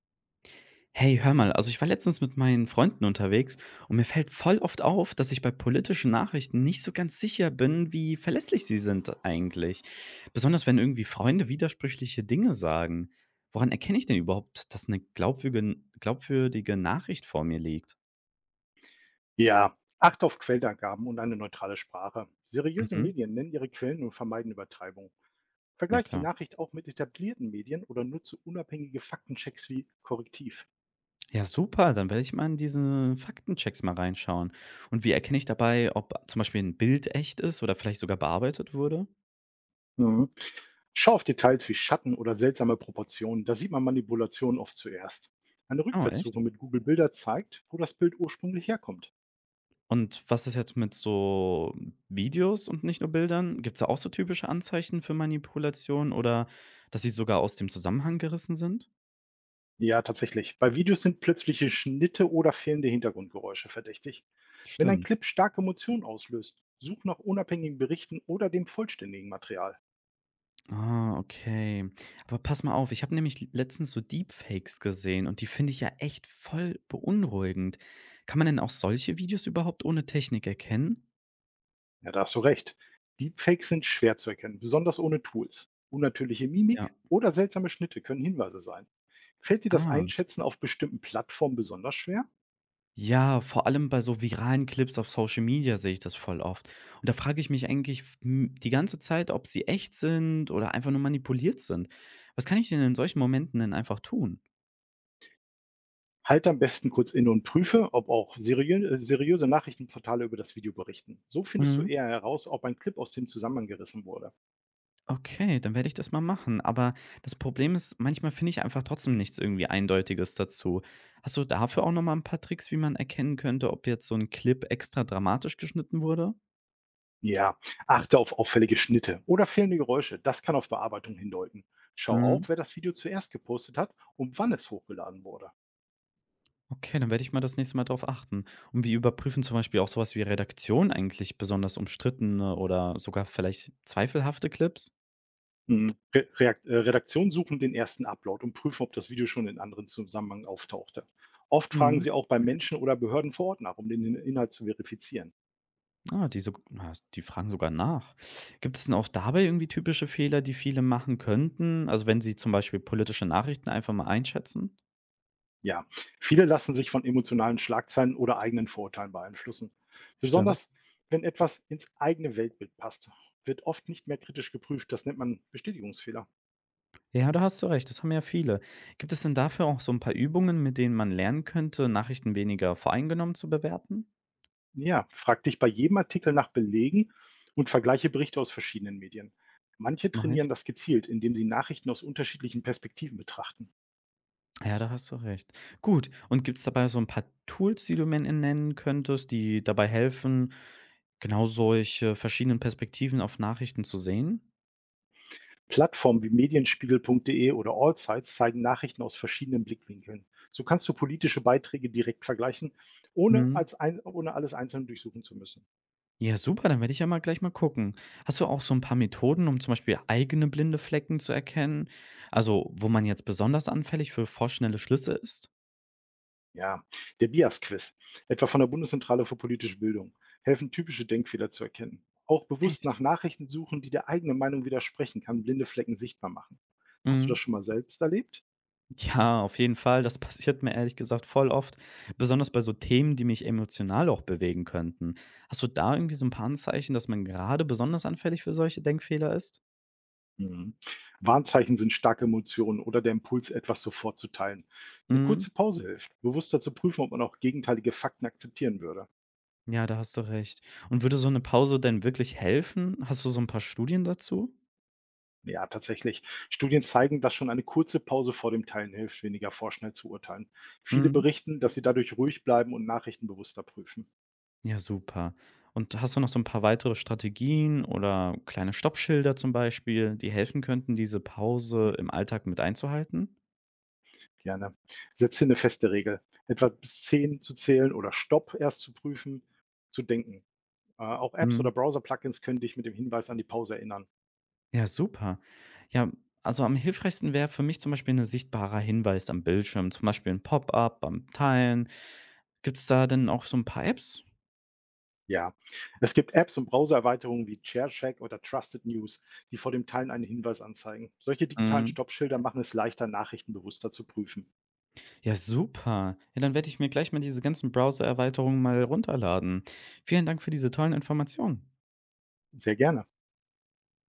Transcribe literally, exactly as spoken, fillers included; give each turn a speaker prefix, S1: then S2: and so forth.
S1: Hey, hör mal, also ich war letztens mit meinen Freunden unterwegs und mir fällt voll oft auf, dass ich bei politischen Nachrichten nicht so ganz sicher bin, wie verlässlich sie sind eigentlich. Besonders wenn irgendwie Freunde widersprüchliche Dinge sagen. Woran erkenne ich denn überhaupt, dass eine glaubwürdige, glaubwürdige Nachricht vor mir liegt?
S2: Ja, acht auf Quellenangaben und eine neutrale Sprache. Seriöse
S1: Mhm.
S2: Medien nennen ihre Quellen und vermeiden Übertreibung.
S1: Ja,
S2: Vergleicht die
S1: klar.
S2: Nachricht auch mit etablierten Medien oder nutze unabhängige Faktenchecks wie Korrektiv.
S1: Ja, super, dann werde ich mal in diese Faktenchecks mal reinschauen. Und wie erkenne ich dabei, ob zum Beispiel ein Bild echt ist oder vielleicht sogar bearbeitet wurde?
S2: Mhm. Schau auf Details wie Schatten oder seltsame Proportionen, da sieht man Manipulationen oft zuerst. Eine
S1: Oh, echt?
S2: Rückwärtssuche mit Google Bilder zeigt, wo das Bild ursprünglich herkommt.
S1: Und was ist jetzt mit so Videos und nicht nur Bildern? Gibt's da auch so typische Anzeichen für Manipulation oder dass sie sogar aus dem Zusammenhang gerissen sind?
S2: Ja, tatsächlich. Bei Videos sind plötzliche Schnitte oder fehlende Hintergrundgeräusche verdächtig. Wenn ein
S1: Stimmt.
S2: Clip starke Emotionen auslöst, such nach unabhängigen Berichten oder dem vollständigen Material.
S1: Ah, okay. Aber pass mal auf, ich habe nämlich letztens so Deepfakes gesehen und die finde ich ja echt voll beunruhigend. Kann man denn auch solche Videos überhaupt ohne Technik erkennen?
S2: Ja, da hast du recht. Deepfakes sind schwer zu erkennen, besonders ohne Tools. Unnatürliche
S1: Ja.
S2: Mimik oder seltsame Schnitte können Hinweise sein. Fällt dir das
S1: Ah.
S2: Einschätzen auf bestimmten Plattformen besonders schwer?
S1: Ja, vor allem bei so viralen Clips auf Social Media sehe ich das voll oft. Und da frage ich mich eigentlich f- m- die ganze Zeit, ob sie echt sind oder einfach nur manipuliert sind. Was kann ich denn in solchen Momenten denn einfach tun?
S2: Halte am besten kurz inne und prüfe, ob auch seriö äh, seriöse Nachrichtenportale über das Video berichten. So findest du
S1: Mhm.
S2: eher heraus, ob ein Clip aus dem Zusammenhang gerissen wurde.
S1: Okay, dann werde ich das mal machen. Aber das Problem ist, manchmal finde ich einfach trotzdem nichts irgendwie Eindeutiges dazu. Hast du dafür auch nochmal ein paar Tricks, wie man erkennen könnte, ob jetzt so ein Clip extra dramatisch geschnitten wurde?
S2: Ja, achte auf auffällige Schnitte oder fehlende Geräusche. Das kann auf Bearbeitung hindeuten. Schau auch, wer das Video zuerst gepostet hat und wann es hochgeladen wurde.
S1: Okay, dann werde ich mal das nächste Mal darauf achten. Und wie überprüfen zum Beispiel auch sowas wie Redaktion eigentlich besonders umstrittene oder sogar vielleicht zweifelhafte Clips?
S2: Hm, Re Reakt- äh, Redaktionen suchen den ersten Upload und prüfen, ob das Video schon in anderen Zusammenhang auftauchte. Oft fragen
S1: Mhm.
S2: sie auch bei Menschen oder Behörden vor Ort nach, um den In- Inhalt zu verifizieren.
S1: Ah, die, so, ah, die fragen sogar nach. Gibt es denn auch dabei irgendwie typische Fehler, die viele machen könnten? Also wenn sie zum Beispiel politische Nachrichten einfach mal einschätzen?
S2: Ja, viele lassen sich von emotionalen Schlagzeilen oder eigenen Vorurteilen beeinflussen.
S1: Stimmt.
S2: Besonders wenn etwas ins eigene Weltbild passt, wird oft nicht mehr kritisch geprüft. Das nennt man Bestätigungsfehler.
S1: Ja, da hast du recht, das haben ja viele. Gibt es denn dafür auch so ein paar Übungen, mit denen man lernen könnte, Nachrichten weniger voreingenommen zu bewerten?
S2: Ja, frag dich bei jedem Artikel nach Belegen und vergleiche Berichte aus verschiedenen Medien. Manche
S1: Mach
S2: trainieren
S1: ich.
S2: das gezielt, indem sie Nachrichten aus unterschiedlichen Perspektiven betrachten.
S1: Ja, da hast du recht. Gut, und gibt's dabei so ein paar Tools, die du mir nennen könntest, die dabei helfen, genau solche verschiedenen Perspektiven auf Nachrichten zu sehen?
S2: Plattformen wie medienspiegel.de oder Allsites zeigen Nachrichten aus verschiedenen Blickwinkeln. So kannst du politische Beiträge direkt vergleichen, ohne,
S1: Mhm.
S2: als ein, ohne alles einzeln durchsuchen zu müssen.
S1: Ja, super, dann werde ich ja mal gleich mal gucken. Hast du auch so ein paar Methoden, um zum Beispiel eigene blinde Flecken zu erkennen? Also, wo man jetzt besonders anfällig für vorschnelle Schlüsse ist?
S2: Ja, der B I A S-Quiz, etwa von der Bundeszentrale für politische Bildung, helfen typische Denkfehler zu erkennen. Auch bewusst
S1: Echt?
S2: nach Nachrichten suchen, die der eigenen Meinung widersprechen, kann blinde Flecken sichtbar machen. Hast du das
S1: Mhm.
S2: schon mal selbst erlebt?
S1: Ja, auf jeden Fall. Das passiert mir ehrlich gesagt voll oft, besonders bei so Themen, die mich emotional auch bewegen könnten. Hast du da irgendwie so ein paar Anzeichen, dass man gerade besonders anfällig für solche Denkfehler ist?
S2: Mhm. Warnzeichen sind starke Emotionen oder der Impuls, etwas sofort zu teilen. Eine
S1: Mhm.
S2: kurze Pause hilft, bewusster zu prüfen, ob man auch gegenteilige Fakten akzeptieren würde.
S1: Ja, da hast du recht. Und würde so eine Pause denn wirklich helfen? Hast du so ein paar Studien dazu?
S2: Ja, tatsächlich. Studien zeigen, dass schon eine kurze Pause vor dem Teilen hilft, weniger vorschnell zu urteilen. Viele
S1: Mhm.
S2: berichten, dass sie dadurch ruhig bleiben und Nachrichten bewusster prüfen.
S1: Ja, super. Und hast du noch so ein paar weitere Strategien oder kleine Stoppschilder zum Beispiel, die helfen könnten, diese Pause
S2: Ne,
S1: im Alltag mit einzuhalten?
S2: gerne. Setze eine feste Regel, etwa bis zehn zu zählen oder Stopp erst zu prüfen, zu denken. Äh, auch Apps
S1: Mhm.
S2: oder Browser-Plugins können dich mit dem Hinweis an die Pause erinnern.
S1: Ja, super. Ja, also am hilfreichsten wäre für mich zum Beispiel ein sichtbarer Hinweis am Bildschirm, zum Beispiel ein Pop-up beim Teilen. Gibt's da denn auch so ein paar Apps?
S2: Ja, es gibt Apps und Browser-Erweiterungen wie ChairCheck oder Trusted News, die vor dem Teilen einen Hinweis anzeigen. Solche digitalen
S1: Mhm.
S2: Stoppschilder machen es leichter, Nachrichten bewusster zu prüfen.
S1: Ja, super. Ja, dann werde ich mir gleich mal diese ganzen Browser-Erweiterungen mal runterladen. Vielen Dank für diese tollen Informationen.
S2: Sehr gerne.